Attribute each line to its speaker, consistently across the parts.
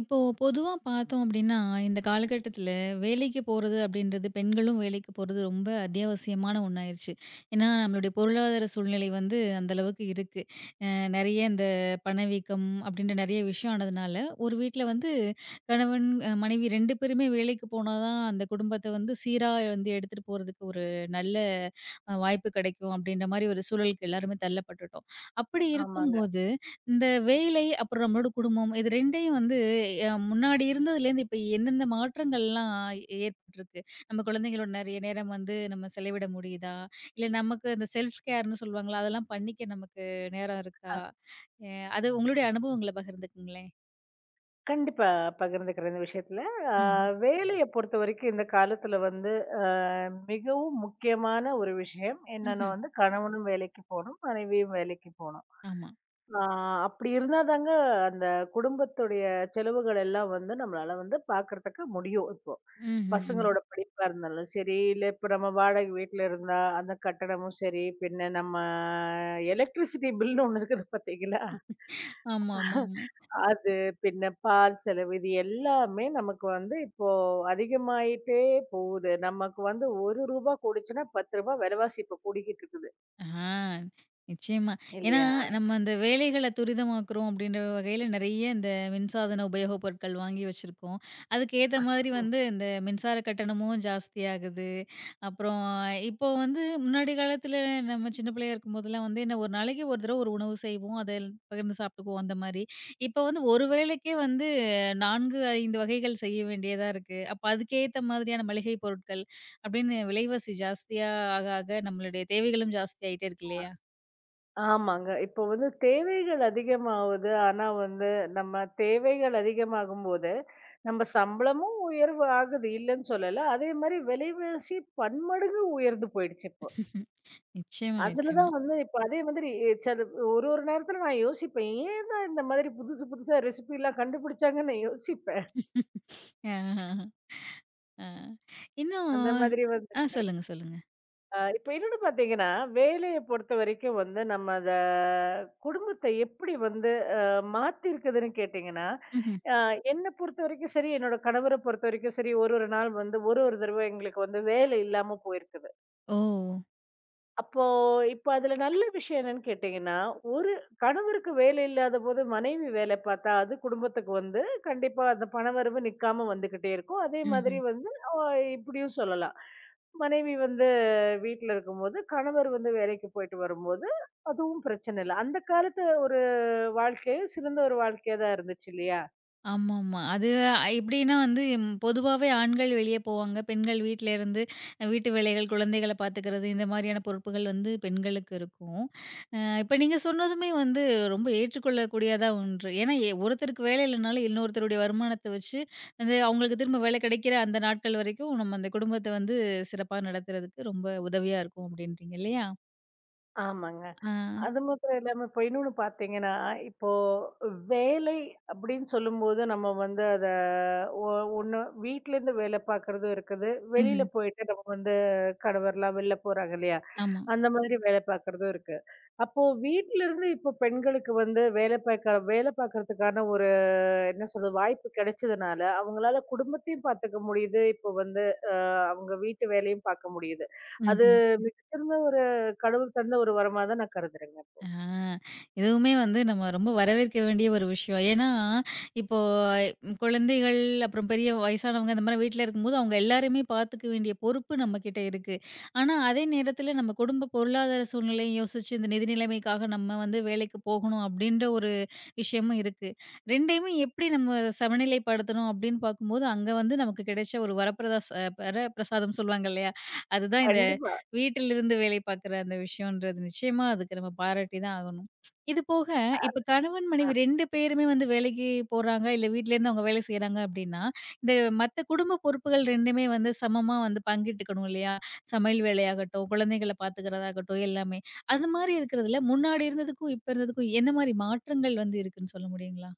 Speaker 1: இப்போ பொதுவா பார்த்தோம் அப்படின்னா, இந்த காலகட்டத்தில வேலைக்கு போறது அப்படின்றது பெண்களும் வேலைக்கு போறது ரொம்ப அத்தியாவசியமான ஒண்ணாயிருச்சு. ஏன்னா, நம்மளுடைய பொருளாதார சூழ்நிலை வந்து அந்த அளவுக்கு இருக்கு. அ நெறைய இந்த பணவீக்கம் அப்படின்ற நெறைய விஷயம் ஆனதுனால, ஒரு வீட்ல வந்து கணவன், மனைவி 2 பேருமே வேலைக்கு போனா தான் அந்த குடும்பத்த வந்து சீரா வந்து எடுத்துட்டு போறதுக்கு ஒரு நல்ல வாய்ப்பு கிடைக்கும் அப்படின்ற மாரி ஒரு சூழலுக்கு எல்லாருமே தள்ளப்பட்டுட்டோம். அப்படி
Speaker 2: ஆமாங்க.
Speaker 1: இருக்கும்போது, இந்த வேலை, அப்புறம் நம்மளோட குடும்பம். இது 2யும் வந்து முன்னாடி இருந்ததுலேருந்து இப்ப எந்தெந்த மாற்றங்கள்லாம் ஏற்பட்டிருக்கு? நம்ம குழந்தைங்களோட நெறைய நேரம் வந்து நம்ம செலவிட முடியுதா? இல்ல நமக்கு அந்த செல்ஃப் கேர்ன்னு சொல்லுவாங்கல்ல, அதெல்லாம் பண்ணிக்க நமக்கு நேரம் இருக்கா? அ அது உங்களுடைய அனுபவங்கள பகிர்ந்துக்குங்களேன்.
Speaker 2: கண்டிப்பா பகிர்ந்துக்கிறேன் இந்த விஷயத்துல. அ
Speaker 1: ம்ஹ்ம்.
Speaker 2: வேலைய பொறுத்தவரைக்கும் இந்த காலத்துல வந்து அ மிகவும் முக்கியமான ஒரு விஷயம் என்னன்னா
Speaker 1: ம்ஹ்ம்.
Speaker 2: வந்து கணவனும் வேலைக்கு போணும், மனைவியும் வேலைக்கு போணும்.
Speaker 1: ஆமா.
Speaker 2: ஆ அப்படி இருந்தா தாங்க அந்த குடும்பத்துடைய செலவுகள் எல்லாம் வந்து நம்மளால வந்து பார்க்கறதுக்கு முடியும் இப்போ.
Speaker 1: ம்ஹ்ம். ம்.
Speaker 2: பசங்களோட படிப்பா இருந்தாலும் சரி, இல்ல இப்ப நம்ம வாடகை வீட்ல இருந்தா அந்த கட்டணமும் சரி, பின்ன நம்ம எலக்ட்ரிசிட்டி பில்னு ஒண்ணு இருக்குது பார்த்தீங்களா?
Speaker 1: ஆமாமாமா.
Speaker 2: அது பின்ன பால் செலவு இது எல்லாமே நமக்கு வந்து இப்போ அதிகமாயிட்டே போகுது. நமக்கு வந்து ரூ. 1 கூடுச்சுன்னா ரூ. 10 விலைவாசி இப்ப கூடிக்கிட்டு இருக்குது.
Speaker 1: ஆ, நிச்சயமா. ஏன்னா,
Speaker 2: இல்லையா?
Speaker 1: நம்ம அந்த வேலைகள துரிதமாக்குறோம் அப்படின்ற வகையில நெறைய இந்த மின்சாதன உபயோகப் பொருட்கள் வாங்கி வச்சிருக்கோம். அதுக்கு ஏத்த மாதிரி
Speaker 2: ம்.
Speaker 1: வந்து இந்த மின்சார கட்டணமும் ஜாஸ்தியாகுது. அப்புறம் இப்போ வந்து முன்னாடி காலத்துல நம்ம சின்ன பிள்ளையா இருக்கும்போதெல்லாம் வந்து என்ன ஒரு நாளைக்கு ஒரு தடவ ஒரு உணவு செய்வோம். அத பகிர்ந்து சாப்பிட்டுக்குவோம் அந்த மாரி. இப்போ வந்து ஒரு வேளைக்கே வந்து 4, 5 வகைகள் செய்ய வேண்டியதா இருக்கு. அப்ப அதுக்கேத்த மாதிரியான மளிகை பொருட்கள் அப்படின்னு விலைவாசி ஜாஸ்தியா ஆக நம்மளுடைய தேவைகளும் ஜாஸ்தி ஆயிட்டே இருக்கு இல்லையா?
Speaker 2: ஆமாங்க. இப்போ வந்து தேவைகள் அதிகமாகுது. ஆனா வந்து நம்ம தேவைகள் அதிகமாகும்போது, நம்ம சம்பளமும் உயர்வு ஆகுது. இல்லன்னு சொல்லல. அதே மாரி விலைவாசி பன்மடங்கு உயர்ந்து போயிடுச்சு இப்போ.
Speaker 1: நிச்சயமா,
Speaker 2: அதுல
Speaker 1: நிச்சயமா.
Speaker 2: தான் வந்து இப்ப அதே மாதிரி சில ஒரு ஒரு நேரத்துல நான் யோசிப்பேன். ஏன் தான் இந்த மாதிரி புதுசு புதுசா ரெசிபிலாம் கண்டுபிடிச்சாங்கன்னு நான் யோசிப்பேன்.
Speaker 1: ஆஹஹா. ஆ. இன்னும்
Speaker 2: அந்த மாதிரி வந்து
Speaker 1: ஆ,
Speaker 2: இருக்கு.
Speaker 1: சொல்லுங்க, சொல்லுங்க.
Speaker 2: இப்ப இன்னொன்னு பார்த்தீங்கன்னா, வேலைய பொறுத்தவரைக்கும் வந்து நம்ம அத குடும்பத்தை எப்படி வந்து அ மாத்திருக்குதுன்னு கேட்டீங்கன்னா,
Speaker 1: ம்ஹ்ம்.
Speaker 2: அ என்ன பொறுத்தவரைக்கும் சரி, என்னோட கணவர பொறுத்தவரைக்கும் சரி, ஒரு ஒரு நாள் வந்து ஒரு ஒரு தடவ எங்களுக்கு வந்து வேலை இல்லாம போயிருக்குது.
Speaker 1: ஓ!
Speaker 2: அப்போ இப்ப அதுல நல்ல விஷயம் என்னன்னு கேட்டீங்கன்னா, ஒரு கணவருக்கு வேலை இல்லாதபோது மனைவி வேலை பார்த்தா, அது குடும்பத்துக்கு வந்து கண்டிப்பா அந்த பணவரவு நிக்காம வந்துகிட்டே இருக்கும். அதே மாதிரி
Speaker 1: ம்ஹ்ம்.
Speaker 2: வந்து இப்படியும் சொல்லலாம். மனைவி வந்து வீட்ல இருக்கும்போது, கணவர் வந்து வேலைக்கு போயிட்டு வரும்போது, அதுவும் பிரச்சனை இல்ல. அந்த காலத்து ஒரு வாழ்க்கை சிறந்த ஒரு வாழ்க்கையா தான் இருந்துச்சு இல்லையா?
Speaker 1: ஆமாமா. அது எப்படின்னா வந்து ம், பொதுவாவே ஆண்கள் வெளியே போவாங்க. பெண்கள் வீட்ல இருந்து வீட்டு வேலைகள், குழந்தைகள பார்த்துக்கிறது இந்த மாதிரியான பொறுப்புகள் வந்து பெண்களுக்கு இருக்கும். இப்ப நீங்க சொன்னதுமே வந்து ரொம்ப ஏற்றுக்கொள்ளக்கூடியதா ஒன்று. ஏன்னா ஒருத்தருக்கு வேலை இல்லனாலும் இன்னொருத்தருடைய வருமானத்த வச்சு வந்து அவங்களுக்கு திரும்ப வேலை கிடைக்கிற அந்த நாட்கள் வரைக்கும் நம்ம அந்த குடும்பத்த வந்து சிறப்பா நடத்துறதுக்கு ரொம்ப உதவியா இருக்கும் அப்படின்றீங்க இல்லையா?
Speaker 2: ஆமாங்க.
Speaker 1: ஆ.
Speaker 2: அது மாத்திரம் இல்லாம இப்ப இன்னொன்னு பார்த்தீங்கன்னா, இப்போ வேலை அப்படின்னு சொல்லும்போது, நம்ம வந்து அத ஒ ஒண்ணு வீட்லேருந்து வேலை பார்க்குறதும் இருக்குது.
Speaker 1: ம்ஹ்ம்.
Speaker 2: வெளியில போயிட்டு நம்ம வந்து கணவர்லாம் வெளில போறாங்க இல்லையா?
Speaker 1: ஆமா.
Speaker 2: அந்த மாதிரி வேலை பார்க்குறதும் இருக்கு. அப்போ வீட்லருந்து இப்போ பெண்களுக்கு வந்து வேலை பார்க்க வேலை பார்க்கறதுக்கான ஒரு என்ன சொல்றது? வாய்ப்பு கிடைச்சதுனால, அவங்களால குடும்பத்தையும் பார்த்துக்க முடியுது. இப்போ வந்து அ அவங்க வீட்டு வேலையும் பார்க்க முடியுது. அது
Speaker 1: ம்ஹ்ம்.
Speaker 2: மிகச்சிறந்த ஒரு கடவுள் தந்த ஒரு வரமா தான் நான் கருதுறேங்க.
Speaker 1: ஆ, இதுவுமே வந்து நம்ம ரொம்ப வரவேற்க வேண்டிய ஒரு விஷயம். ஏன்னா, இப்போ ம் குழந்தைகள், அப்புறம் பெரிய வயசானவங்க இந்த மாரி வீட்ல இருக்கும்போது, அவங்க எல்லாரையுமே பார்த்துக்க வேண்டிய பொறுப்பு நம்மகிட்ட இருக்கு. ஆனா, அதே நேரத்தில நம்ம குடும்ப பொருளாதார சூழ்நிலையை யோசிச்சு, இந்த நிதி நிலைமைக்காக நம்ம வந்து வேலைக்கு போகணும் அப்படின்ற ஒரு விஷயமும் இருக்கு. 2யுமே எப்படி நம்ம சமநிலைப்படுத்தணும் அப்படின்னு பார்க்கும்போது, அங்க வந்து நமக்கு கிடைச்ச ஒரு வரப்பிரசாதம் சொல்லுவாங்க இல்லையா? அதுதான் இந்த
Speaker 2: கண்டிப்பா.
Speaker 1: வீட்டிலிருந்து வேலை பார்க்குற அந்த விஷயம்ன்றது நிச்சயமா அதுக்கு நம்ம பாராட்டி தான் ஆகணும். இது போக, இப்ப கணவன், மனைவி
Speaker 2: அ
Speaker 1: 2 பேருமே வந்து வேலைக்கு போறாங்க, இல்ல வீட்லேருந்து அவங்க வேலை செய்றாங்க அப்டின்னா, இந்த மத்த குடும்ப பொறுப்புகள் 2மே வந்து சமமா வந்து பங்கிட்டுக்கணும் இல்லையா? சமையல் வேலையாகட்டும், குழந்தைகள பார்த்துக்கிறதாகட்டும் எல்லாமே. அது மாரி இருக்கிறதுல முன்னாடி இருந்ததுக்கும், இப்ப இருந்ததுக்கும் எந்த மாரி மாற்றங்கள் வந்து இருக்குன்னு சொல்ல முடியுங்களா?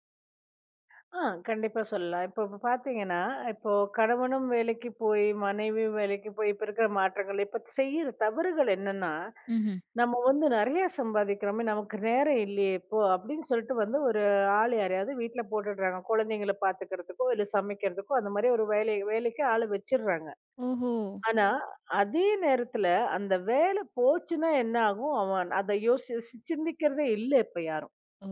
Speaker 2: ஆ கண்டிப்பா சொல்லலாம். இப்போ இப்ப பார்த்தீங்கன்னா, இப்போ கணவனும் வேலைக்கு போய், மனைவியும் வேலைக்கு போய், இப்ப இருக்கிற மாற்றங்கள் இப்ப செய்யிற தவறுகள் என்னன்னா,
Speaker 1: ம்ஹ்ம்.
Speaker 2: நம்ம வந்து நெறைய சம்பாதிக்கிறோமே, நமக்கு நேரம் இல்லையே இப்போ அப்படின்னு சொல்லிட்டு வந்து ஒரு ஆள் யாரையாவது வீட்ல போட்டுடுறாங்க. குழந்தைங்கள பார்த்துக்கிறதுக்கோ, இல்ல சமைக்கிறதுக்கோ அந்த மாரி ஒரு வேலை வேலைக்கு ஆள வச்சுடுறாங்க.
Speaker 1: ஓஹோ!
Speaker 2: ஆனா, அதே நேரத்துல அந்த வேலை போச்சுன்னா என்ன ஆகும்? அவன் அத சிந்திக்கிறதே இல்ல இப்ப யாரும்.
Speaker 1: ஓ!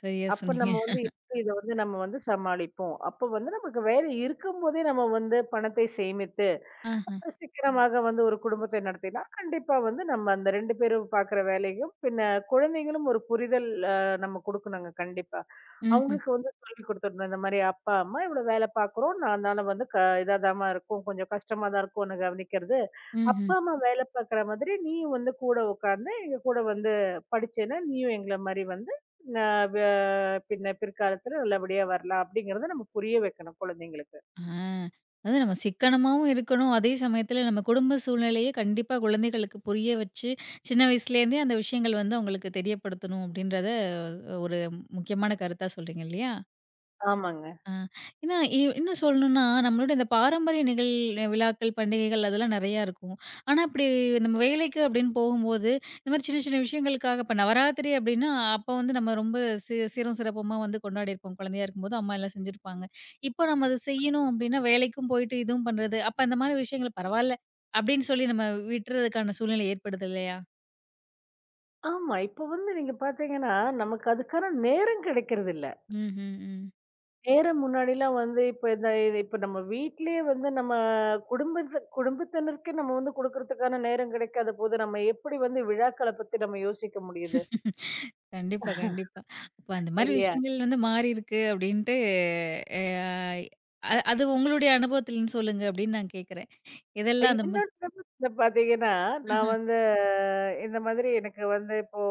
Speaker 1: சரியா
Speaker 2: அப்ப
Speaker 1: சொன்னீங்க.
Speaker 2: நம்ம வந்து எப்படி இத வந்து நம்ம வந்து சமாளிப்போம். அப்ப வந்து நமக்கு வேலை இருக்கும்போதே நம்ம வந்து பணத்தை சேமித்து,
Speaker 1: ஆஹ.
Speaker 2: சிக்கனமாக வந்து ஒரு குடும்பத்தை நடத்தினா, கண்டிப்பா வந்து நம்ம அந்த 2 பேரும் பார்க்குற வேலையும், பின்ன குழந்தைகளும் ஒரு புரிதல் நம்ம குடுக்கணுங்க கண்டிப்பா.
Speaker 1: ம்ஹ்ம், ம்ஹ்ம்,
Speaker 2: அவங்களுக்கு வந்து சொல்லிக் குடுத்துடணும். இந்த மாரி அப்பா, அம்மா இவ்வளோ வேலை பார்க்குறோம். நான் அதனால வந்து இதாதாம்மா இருக்கும். கொஞ்சம் கஷ்டமா தான் இருக்கும் உன்ன கவனிக்கிறது.
Speaker 1: ம்ஹ்ம்.
Speaker 2: அப்பா, அம்மா வேலை பார்க்குற மாதிரி நீயும் வந்து கூட உட்கார்ந்து, எங்க கூட வந்து படிச்சேன்னா, நீயும் எங்கள மாரி வந்து ந வ பின்ன பிற்காலத்துல நல்லபடியா வரலாம் அப்படிங்கிறத நம்ம புரிய வைக்கணும் குழந்தைங்களுக்கு.
Speaker 1: ஆ. அதாவது நம்ம சிக்கனமாவும் இருக்கணும். அதே சமயத்தில நம்ம குடும்ப சூழ்நிலைய கண்டிப்பா குழந்தைகளுக்கு புரிய வச்சு, சின்ன வயசுலேருந்தே அந்த விஷயங்கள் வந்து அவங்களுக்கு தெரியப்படுத்தணும். அப்படின்றத ஒரு முக்கியமான கருத்தா சொல்றீங்க இல்லையா?
Speaker 2: ஆமாங்க.
Speaker 1: ஆ. ஏன்னா, இன்னும் சொல்லணும்னா, நம்மளோட இந்த பாரம்பரிய விழாக்கள், பண்டிகைகள் அதெல்லாம் நெறையா இருக்கும். ஆனா, அப்படி நம்ம வேலைக்கு அப்படின்னு போகும்போது, இந்த மாரி சின்ன சின்ன விஷயங்களுக்காக இப்ப நவராத்திரி அப்படின்னா, அப்ப வந்து நம்ம ரொம்ப சீரும் சிறப்புமா வந்து கொண்டாடியிருப்போம். குழந்தையா இருக்கும்போது அம்மா எல்லாம் செஞ்சிருப்பாங்க. இப்போ நம்ம அத செய்யணும் அப்படின்னா, வேலைக்கும் போயிட்டு இதுவும் பண்றது, அப்ப அந்த மாரி விஷயங்கள் பரவால்ல அப்படின்னு சொல்லி நம்ம விட்டுறதுக்கான சூழ்நிலை ஏற்படுது இல்லையா?
Speaker 2: ஆமா. இப்போ வந்து நீங்க பார்த்தீங்கன்னா, நமக்கு அதுக்கான நேரம் கிடைக்கிறது இல்ல.
Speaker 1: ம்ஹ்ம். ம்.
Speaker 2: நேரம் முன்னாடிலாம் வந்து இப்ப இந்த இப்ப நம்ம வீட்லயே வந்து நம்ம குடும்பத்தினருக்கு நம்ம வந்து குடுக்கறதுக்கான நேரம் கிடைக்காத போது, நம்ம எப்படி வந்து விழாக்கள பத்தி நம்ம யோசிக்க முடியுது?
Speaker 1: ம். கண்டிப்பா, கண்டிப்பா. அப்ப அந்த மாரி
Speaker 2: இல்லையா?
Speaker 1: விஷயங்கள் வந்து மாறியிருக்கு அப்டின்ட்டு அ அ அது உங்களுடைய அனுபவத்திலருந்து சொல்லுங்க அப்டின்னு நான் கேட்கிறேன். எதெல்லாம் அந்த மா
Speaker 2: இன்னொரு சமயத்துல பார்த்தீங்கன்னா,
Speaker 1: ஆஹ.
Speaker 2: நான் வந்து இந்த மாதிரி எனக்கு வந்து இப்போ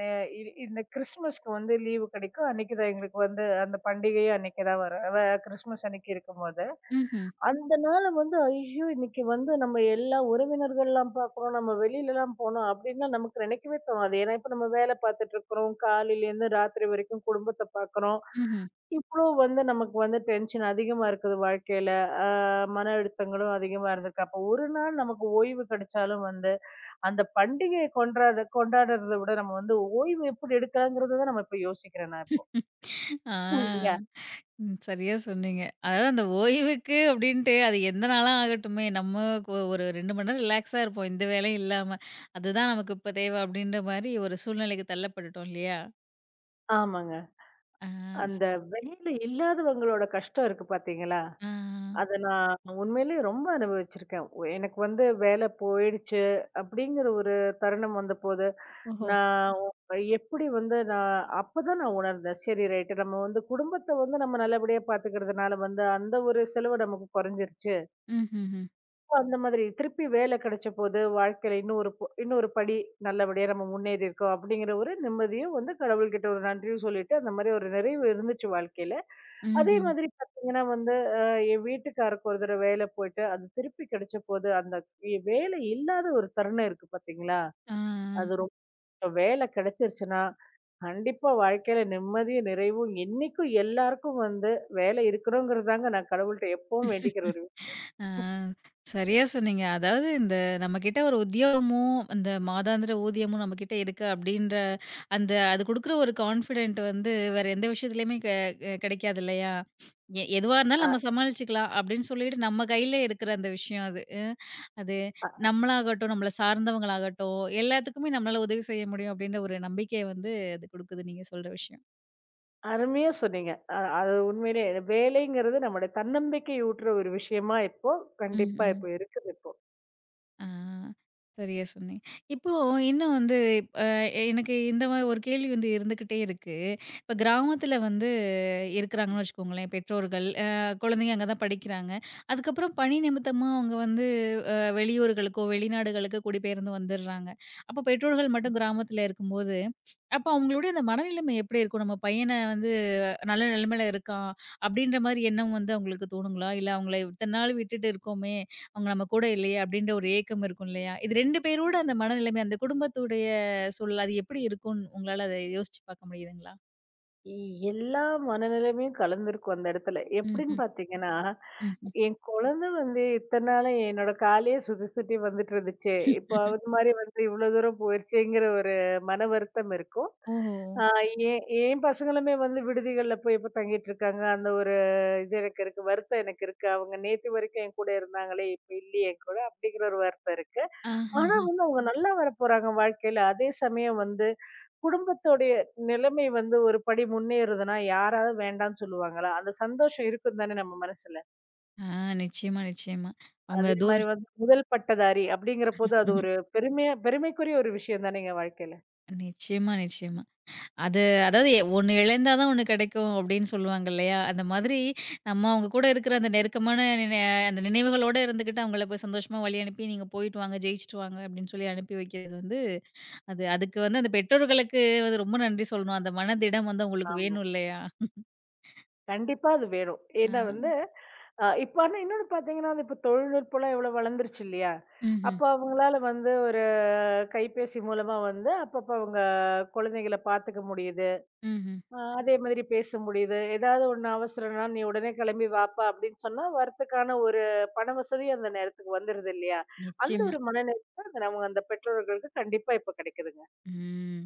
Speaker 2: அ இ இந்த கிறிஸ்மஸ்க்கு வந்து லீவு கிடைக்கும். அன்னைக்கு தான் எங்களுக்கு வந்து அந்த பண்டிகையும் அன்னைக்கு தான் வரும். கிறிஸ்மஸ் அன்னைக்கு இருக்கும்போது,
Speaker 1: ம்ஹ்ம்.
Speaker 2: அந்த நாள வந்து ஐயோ! இன்னைக்கு வந்து நம்ம எல்லா உறவினர்கள்லாம் பார்க்குறோம், நம்ம வெளியிலலாம் போனோம் அப்படின்லாம் நமக்கு நினைக்கவே தோணாது. ஏன்னா, இப்ப நம்ம வேலை பார்த்துட்டு இருக்கிறோம். காலையிலேருந்து ராத்திரி வரைக்கும் குடும்பத்த பார்க்குறோம்.
Speaker 1: ம்ஹ்ம்.
Speaker 2: இவ்ளோ வந்து நமக்கு வந்து டென்ஷன் அதிகமா இருக்குது வாழ்க்கையில. அ மன அழுத்தங்களும் அதிகமா இருந்திருக்கு. அப்போ ஒரு நாள் நமக்கு ஓய்வு கிடைச்சாலும் வந்து, அந்த பண்டிகைய கொண்டாட கொண்டாடுறத விட நம்ம வந்து ஓய்வு எப்படி எடுக்கலாங்கிறத தான் நம்ம இப்ப யோசிக்கிறேன் நான் இப்போ.
Speaker 1: ஆ.
Speaker 2: இல்லையா?
Speaker 1: ம். சரியா சொன்னீங்க. அதாவது அந்த ஓய்வுக்கு அப்டின்ட்டு அது எந்த நாளா ஆகட்டுமே, நம்ம கொ ஒரு 2 மணி நேரம் ரிலாக்ஸா இருப்போம். எந்த வேலையும் இல்லாம. அதுதான் நமக்கு இப்ப தேவை அப்டின்ற மாரி ஒரு சூழ்நிலைக்கு தள்ளப்பட்டுட்டோம் இல்லையா?
Speaker 2: ஆமாங்க.
Speaker 1: ஆ. ச
Speaker 2: அந்த வேலை இல்லாதவங்களோட கஷ்டம் இருக்கு பார்த்தீங்களா?
Speaker 1: ஆ.
Speaker 2: அத நான் உண்மையிலேயே ரொம்ப அனுபவிச்சிருக்கேன். எனக்கு வந்து வேலை போயிடுச்சு அப்படிங்கிற ஒரு தருணம் வந்தபோது
Speaker 1: ஓஹோ!
Speaker 2: நான் எப்படி வந்து நான் அப்பதான் நான் உணர்ந்தேன். சரி ரைட் நம்ம வந்து குடும்பத்த வந்து நம்ம நல்லபடியா பாத்துக்கிறதுனால வந்து அந்த ஒரு செலவு நமக்கு குறைஞ்சிருச்சு.
Speaker 1: ம்ஹ்ஹ்ம்.
Speaker 2: அந்த மாதிரி திருப்பி வேலை கிடைச்சபோது வாழ்க்கையில இன்னொரு இன்னொரு படி நல்லபடியா நம்ம முன்னேறி இருக்கோம் அப்படிங்கிற ஒரு நிம்மதியும் வந்து கடவுள்கிட்ட ஒரு நன்றியும் சொல்லிட்டு அந்த மாதிரி ஒரு நிறைவு இருந்துச்சு வாழ்க்கையில. அதே
Speaker 1: ம்ஹ்ம்.
Speaker 2: மாதிரி பாத்தீங்கன்னா வந்து அ என் வீட்டுக்காருக்கு ஒரு தடவ வேலை போயிட்டு அது திருப்பி கிடைச்சபோது அந்த வேலை இல்லாத ஒரு தருணம் இருக்கு பாத்தீங்களா?
Speaker 1: ஆ. ஆ.
Speaker 2: அது ரொம்ப வேலை கிடைச்சிருச்சுன்னா கண்டிப்பா வாழ்க்கையில நிம்மதியும், நிறைவும் என்னைக்கும் எல்லாருக்கும் வந்து வேலை இருக்கணுங்கிறது தாங்க நான் கடவுள்ட்ட எப்பவும் வேண்டிக்கிற ஒரு விஷயம்.
Speaker 1: ஆ, சரியா சொன்னீங்க. அதாவது இந்த நம்மகிட்ட ஒரு உத்தியோகமும், இந்த மாதாந்திர ஊதியமும் நம்மகிட்ட இருக்கு அப்படின்ற அந்த அது குடுக்குற ஒரு கான்ஃபிடென்ட் வந்து வேற எந்த விஷயத்துலயுமே கெ கெ கெடைக்காது இல்லையா? எதுவா இருந்தாலும்
Speaker 2: அ
Speaker 1: நம்ம சமாளிச்சுக்கலாம் அப்படின்னு சொல்லிட்டு நம்ம கையில இருக்கிற அந்த விஷயம் அது. அது
Speaker 2: அ
Speaker 1: நம்மளாகட்டும், நம்மள சார்ந்தவங்களாகட்டும் எல்லாத்துக்குமே நம்மளால உதவி செய்ய முடியும் அப்படின்ற ஒரு நம்பிக்கைய வந்து அது குடுக்குது நீங்க சொல்ற விஷயம்.
Speaker 2: அருமையா சொன்னீங்க. அது உண்மையிலே வேலைங்கிறது நம்முடைய தன்னம்பிக்கை ஊட்டுற ஒரு விஷயமா இப்போ
Speaker 1: ம்.
Speaker 2: கண்டிப்பா
Speaker 1: ம்.
Speaker 2: இப்போ இருக்குது இப்போ.
Speaker 1: ஆ. சரியா சொன்னீங்க. இப்போ இன்னும் வந்து அ எனக்கு இந்த மாரி ஒரு கேள்வி வந்து இருந்துகிட்டே இருக்கு. இப்ப கிராமத்துல வந்து இருக்கிறாங்கன்னு வச்சுக்கோங்களேன், பெற்றோர்கள். குழந்தைங்க அங்க தான் படிக்கிறாங்க. அதுக்கப்புறம் பணி நிமித்தமா அவங்க வந்து வெளியூர்களுக்கோ, வெளிநாடுகளுக்கோ குடிபெயர்ந்து வந்துடுறாங்க. அப்போ பெற்றோர்கள் மட்டும் கிராமத்துல இருக்கும்போது, அப்போ அவங்களுடைய அந்த மனநிலைமை எப்படி இருக்கும்? நம்ம பையன வந்து நல்ல நிலைமையில இருக்கான் அப்படின்ற மாதிரி எண்ணம் வந்து அவங்களுக்கு தோணுங்களா? இல்ல அவங்கள இத்தன நாள் விட்டுட்டு இருக்கோமே, அவங்க நம்ம கூட இல்லையே அப்படின்ற ஒரு ஏக்கம் இருக்கும் இல்லையா? இது 2 பேரோட அந்த மனநிலைமை, அந்த குடும்பத்துடைய சூழல் அது எப்படி இருக்கும்னு உங்களால அத யோசிச்சு பார்க்க முடியுதுங்களா?
Speaker 2: இ- எல்லா மனநிலைமையும் கலந்திருக்கும் அந்த இடத்துல. எப்படின்னு
Speaker 1: ம்ஹ்ம்.
Speaker 2: பார்த்தீங்கன்னா,
Speaker 1: ம்ஹ்ம்.
Speaker 2: என் குழந்தை வந்து இத்தன நாளா என்னோட காலையே சுத்தி சுத்தி வந்துட்டு இருந்துச்சு. இப்போ அது மாரி வந்து இவ்வளோ தூரம் போயிருச்சேங்கிற ஒரு மன வருத்தம் இருக்கும்.
Speaker 1: ஓஹோ!
Speaker 2: ஆ என் என் பசங்களுமே வந்து விடுதிகள்ல போய் இப்ப தங்கிட்டு இருக்காங்க. அந்த ஒரு இது எனக்கு இருக்கு. வருத்தம் எனக்கு இருக்கு. அவங்க நேத்து வரைக்கும் என் கூட இருந்தாங்களே! இப்ப இல்லையே என் கூட. அப்படிங்கிற ஒரு வருத்தம் இருக்கு. ஆனா
Speaker 1: ஆஹஹ.
Speaker 2: வந்து அவங்க நல்லா வரப்போறாங்க வாழ்க்கையில. அதே சமயம் வந்து குடும்பத்தோடைய நிலைமை வந்து ஒரு படி முன்னேறுதுன்னா, யாராவது வேண்டான்னு சொல்லுவாங்களா? அந்த சந்தோஷம் இருக்கும் தானே நம்ம மனசுல.
Speaker 1: ஆ, நிச்சயமா, நிச்சயமா. அவங்க
Speaker 2: அதே
Speaker 1: தூர்
Speaker 2: மாரி வந்து முதல் பட்டதாரி அப்படிங்கிறபோது அது
Speaker 1: ம்ஹ்ம்.
Speaker 2: ஒரு பெருமையா பெருமைக்குரிய ஒரு விஷயம் தானேங்க வாழ்க்கையில.
Speaker 1: நிச்சயமா, நிச்சயமா. அது அதாவது ஒண்ணு இழந்தா தான் ஒண்ணு கிடைக்கும் அப்படின்னு சொல்லுவாங்க இல்லையா? அந்த மாதிரி நம்ம அவங்க கூட இருக்கிற அந்த நெருக்கமான நினை அந்த நினைவுகளோட இருந்துகிட்டு அவங்கள போய் சந்தோஷமா வழி அனுப்பி நீங்க போயிட்டு வாங்க, ஜெயிச்சுட்டு வாங்க அப்படின்னு சொல்லி அனுப்பி வைக்கிறது வந்து, அது அதுக்கு வந்து அந்த பெற்றோர்களுக்கு வந்து ரொம்ப நன்றி சொல்லணும். அந்த மனதிடம் வந்து அவங்களுக்கு
Speaker 2: ஆமா.
Speaker 1: வேணும் இல்லையா?
Speaker 2: கண்டிப்பா அது வேணும்.
Speaker 1: ஆ.
Speaker 2: ஏன்னா வந்து, இப்ப ஆனா இன்னொன்னு பார்த்தீங்கன்னா, வந்து இப்ப தொழில்நுட்பம்லாம் எவ்ளோ வளர்ந்துருச்சு இல்லையா?
Speaker 1: ம்ஹ்ம்.
Speaker 2: அப்ப அவங்களால வந்து ஒரு கைபேசி மூலமா வந்து அப்பப்ப அவங்க குழந்தைகள பார்த்துக்க முடியுது.
Speaker 1: ம்ஹ்ம்.
Speaker 2: அதே மாதிரி பேச முடியுது. ஏதாவது ஒண்ணு அவசரம்னா, "நீ உடனே கிளம்பி வாப்பா" அப்படின்னு சொன்னா வரத்துக்கான ஒரு பண வசதி அந்த நேரத்துக்கு வந்துருது இல்லையா? அந்த
Speaker 1: நிச்சயமா.
Speaker 2: ஒரு மனநிறைவு நம்ம அந்த பெற்றோர்களுக்கு கண்டிப்பா இப்ப கிடைக்குதுங்க.
Speaker 1: ம்.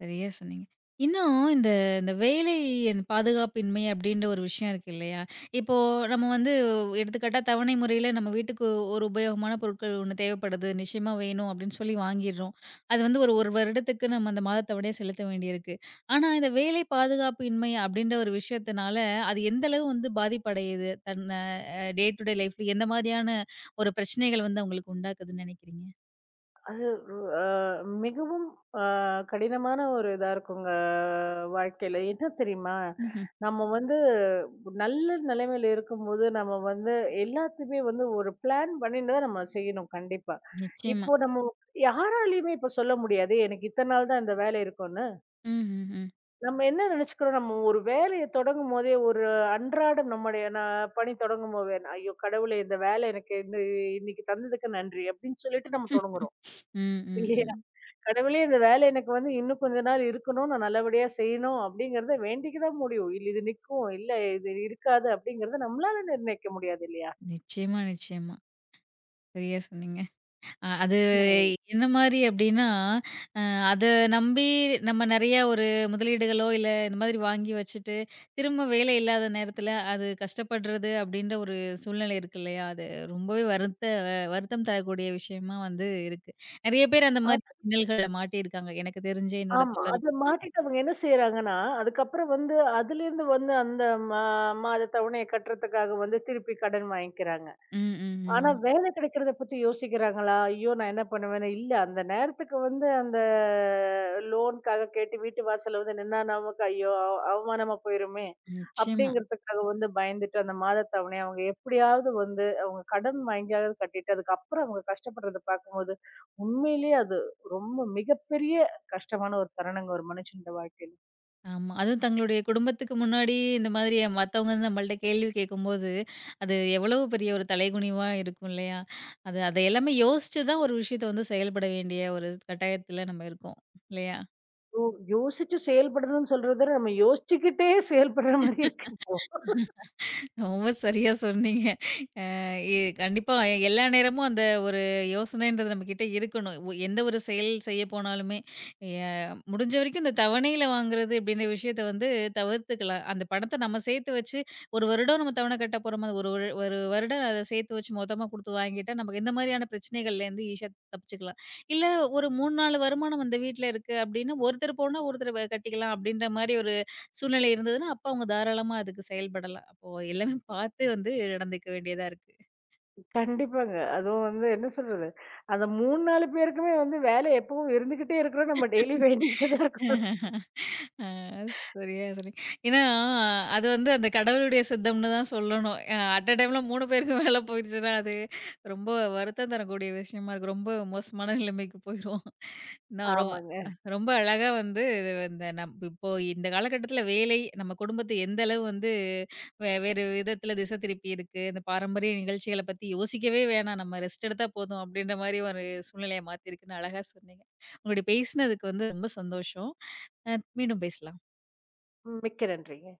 Speaker 1: சரியா சொன்னீங்க. இன்னும் இந்த இந்த வேலை இந்த பாதுகாப்பின்மை அப்படின்ற ஒரு விஷயம் இருக்கு இல்லையா? இப்போ நம்ம வந்து எடுத்துக்காட்டா தவணை முறையில நம்ம வீட்டுக்கு ஒரு உபயோகமான பொருட்கள் ஒண்ணு தேவைப்படுது. நிச்சயமா வேணும் அப்படின்னு சொல்லி வாங்கிர்றோம். அது வந்து ஒரு 1 வருடத்துக்கு நம்ம அந்த மாதத் தவணைய செலுத்த வேண்டியிருக்கு. ஆனா இந்த வேலை பாதுகாப்பின்மை அப்படின்ற ஒரு விஷயத்தினால அது எந்த அளவு வந்து பாதிப்படையுது? தன் டே டு டே லைஃப்ல எந்த மாதிரியான ஒரு பிரச்சனைகள் வந்து அவங்களுக்கு உண்டாக்குதுன்னு நினைக்கிறீங்க?
Speaker 2: அது அ மிகவும் அ கடினமான ஒரு இதா இருக்குங்க வாழ்க்கையில. என்ன தெரியுமா?
Speaker 1: ம்ஹ்ம்.
Speaker 2: நம்ம வந்து நல்ல நிலைமையில இருக்கும்போது, நம்ம வந்து எல்லாத்தையுமே வந்து ஒரு பிளான் பண்ணிட்டு தான் நம்ம செய்யணும் கண்டிப்பா.
Speaker 1: நிச்சயமா.
Speaker 2: இப்போ நம்ம யாராலயுமே இப்ப சொல்ல முடியாது, எனக்கு இத்தன நாள் தான் இந்த வேலை இருக்கும்ன்னு.
Speaker 1: ம்.
Speaker 2: நம்ம என்ன நினைச்சுக்கிறோம், நம்ம ஒரு வேலைய தொடங்கும்போதே ஒரு அன்றாடம் நம்முடைய நான் பணி தொடங்கும்போதே, "ஐயோ கடவுளே! இந்த வேலை எனக்கு இந்த இன்னைக்கு தந்ததுக்கு நன்றி" அப்படின்னு சொல்லிட்டு நம்ம தொடங்குறோம்.
Speaker 1: ம்.
Speaker 2: கடவுளே இந்த வேலை எனக்கு வந்து இன்னும் கொஞ்ச நாள் இருக்கணும். நான் நல்லபடியா செய்யணும் அப்படிங்கிறத வேண்டிக்க தான் முடியும். இல்ல இது நிக்கும். இல்ல இது இருக்காது அப்படிங்கிறத நம்மளால நிர்ணயிக்க முடியாது இல்லையா?
Speaker 1: நிச்சயமா, நிச்சயமா. சரியா சொன்னீங்க. அது
Speaker 2: ம்.
Speaker 1: என்ன மாரி அப்டின்னா, அ அத நம்பி நம்ம நெறையா ஒரு முதலீடுகளோ, இல்ல இந்த மாதிரி வாங்கி வச்சுட்டு, திரும்ப வேலை இல்லாத நேரத்தில அது கஷ்டப்படுறது அப்படின்ற ஒரு சூழ்நிலை இருக்கு இல்லையா? அது ரொம்பவே வருத்தம் தரக்கூடிய விஷயமா வந்து இருக்கு. நெறைய பேர் அந்த மாரி
Speaker 2: அது
Speaker 1: இன்னல்கள்ல மாட்டியிருக்காங்க. எனக்கு தெரிஞ்சு என்னோட
Speaker 2: ஆமா. அத
Speaker 1: தோழர்கள்
Speaker 2: மாட்டிட்டு அவங்க என்ன செய்றாங்கன்னா, அதுக்கப்புறம் வந்து அதிலேருந்து வந்து அந்த மா மாத தவணைய கட்டுறதுக்காக வந்து திருப்பி கடன் வாங்கிக்கிறாங்க.
Speaker 1: ம், ம்,
Speaker 2: ஆனா
Speaker 1: ம்.
Speaker 2: வேலை கிடைக்கிறத பத்தி யோசிக்கிறாங்களா? ஐயோ! நான் என்ன பண்ணுவேன்னு, இல்ல அந்த நேரத்துக்கு வந்து அந்த லோனுக்காக கேட்டு வீட்டு வாசல்ல வந்து நின்னா நமக்கு ஐயோ! அவமானமா போயிருமே!
Speaker 1: நிச்சயமா.
Speaker 2: அப்படிங்கிறதுக்காக வந்து பயந்துட்டு அந்த மாதத் தவணைய அவங்க எப்படியாவது வந்து அவங்க கடன் வாங்கியாவது கட்டிட்டு, அதுக்கப்புறம் அவங்க கஷ்டப்படுறத பார்க்கும்போது, உண்மையிலேயே அது ரொம்ப மிகப்பெரிய கஷ்டமான ஒரு தருணங்க ஒரு மனுஷனோட வாழ்க்கையில.
Speaker 1: ஆமா. அதுவும் தங்களுடைய குடும்பத்துக்கு முன்னாடி இந்த மாதிரி மத்தவங்க வந்து நம்மள்ட்ட கேள்வி கேட்கும்போது, அது எவ்வளவு பெரிய ஒரு தலைகுனிவா இருக்கும் இல்லையா? அது அத எல்லாமே யோசிச்சு தான் ஒரு விஷயத்த வந்து செயல்பட வேண்டிய ஒரு கட்டாயத்துல நம்ம இருக்கோம். இல்லையா?
Speaker 2: யோ யோசிச்சு செயல்படணும்னு சொல்றத விட, நம்ம யோசிச்சுக்கிட்டே செயல்படுற மாரி இருக்கு.
Speaker 1: ரொம்ப சரியா சொன்னீங்க. இ கண்டிப்பா எல்லா நேரமும் அந்த ஒரு யோசனைன்றது நம்மகிட்ட இருக்கணும். ஒ எந்த ஒரு செயல் செய்ய போனாலுமே, எ முடிஞ்ச வரைக்கும் இந்த தவணையில வாங்குறது அப்படின்ற விஷயத்த வந்து தவிர்த்துக்கலாம். அந்த பணத்த நம்ம சேர்த்து வச்சு, 1 வருடம் நம்ம தவணை கட்ட போறோமா, ஒரு ஒரு ஒரு வருடம் அத சேர்த்து வச்சு மொத்தமா குடுத்து வாங்கிட்டா, நமக்கு இந்த மாரியான பிரச்சனைகள்லேருந்து ஈஸியா தப்பிச்சுக்கலாம். இல்ல ஒரு 3, 4 வருமானம் அந்த வீட்ல இருக்கு அப்படின்னா, ஒருத்தர் போனா ஒருத்தர் கட்டிக்கலாம் அப்படின்ற மாரி ஒரு சூழ்நிலை இருந்ததுன்னா, அப்ப அவங்க தாராளமா அதுக்கு செயல்படலாம். அப்போ எல்லாமே பார்த்து வந்து நடந்துக்க வேண்டியதா இருக்கு.
Speaker 2: கண்டிப்பாங்க. அதுவும் வந்து என்ன சொல்றது? அந்த 3, 4 பேருக்குமே வந்து வேலை எப்பவும் இருந்துகிட்டே இருக்கிறோம். நம்ம டெய்லி வேண்டிக்கிட்டு தான் இருக்கோம்.
Speaker 1: ஆ, சரியா சொன்னீங்க. ஏன்னா, அது வந்து அந்த கடவுளுடைய சித்தம்னு தான் சொல்லணும். அ அட் அ டைம்ல 3 பேருக்கு மேல போயிருச்சுன்னா, அது ரொம்ப வருத்தம் தரக்கூடிய விஷயமா இருக்கும். ரொம்ப மோசமான நிலைமைக்கு போயிரும். நான் ரொ
Speaker 2: ஆமாங்க.
Speaker 1: ரொம்ப அழகா வந்து இது இந்த நம் இப்போ இந்த காலகட்டத்தில வேலை நம்ம குடும்பத்த எந்த அளவு வந்து வேறு விதத்தில திசை திருப்பி இருக்கு. இந்த பாரம்பரிய நிகழ்ச்சிகள பத்தி யோசிக்கவே வேணாம். நம்ம ரெஸ்ட் எடுத்தா போதும் அப்படின்ற மாரி ஒரு சூழ்நிலைய மாத்திருக்குன்னு அழகா சொன்னீங்க. உங்களுடைய பேசினதுக்கு வந்து ரொம்ப சந்தோஷம். மீண்டும் பேசலாம்.
Speaker 2: மிக்க நன்றிங்க.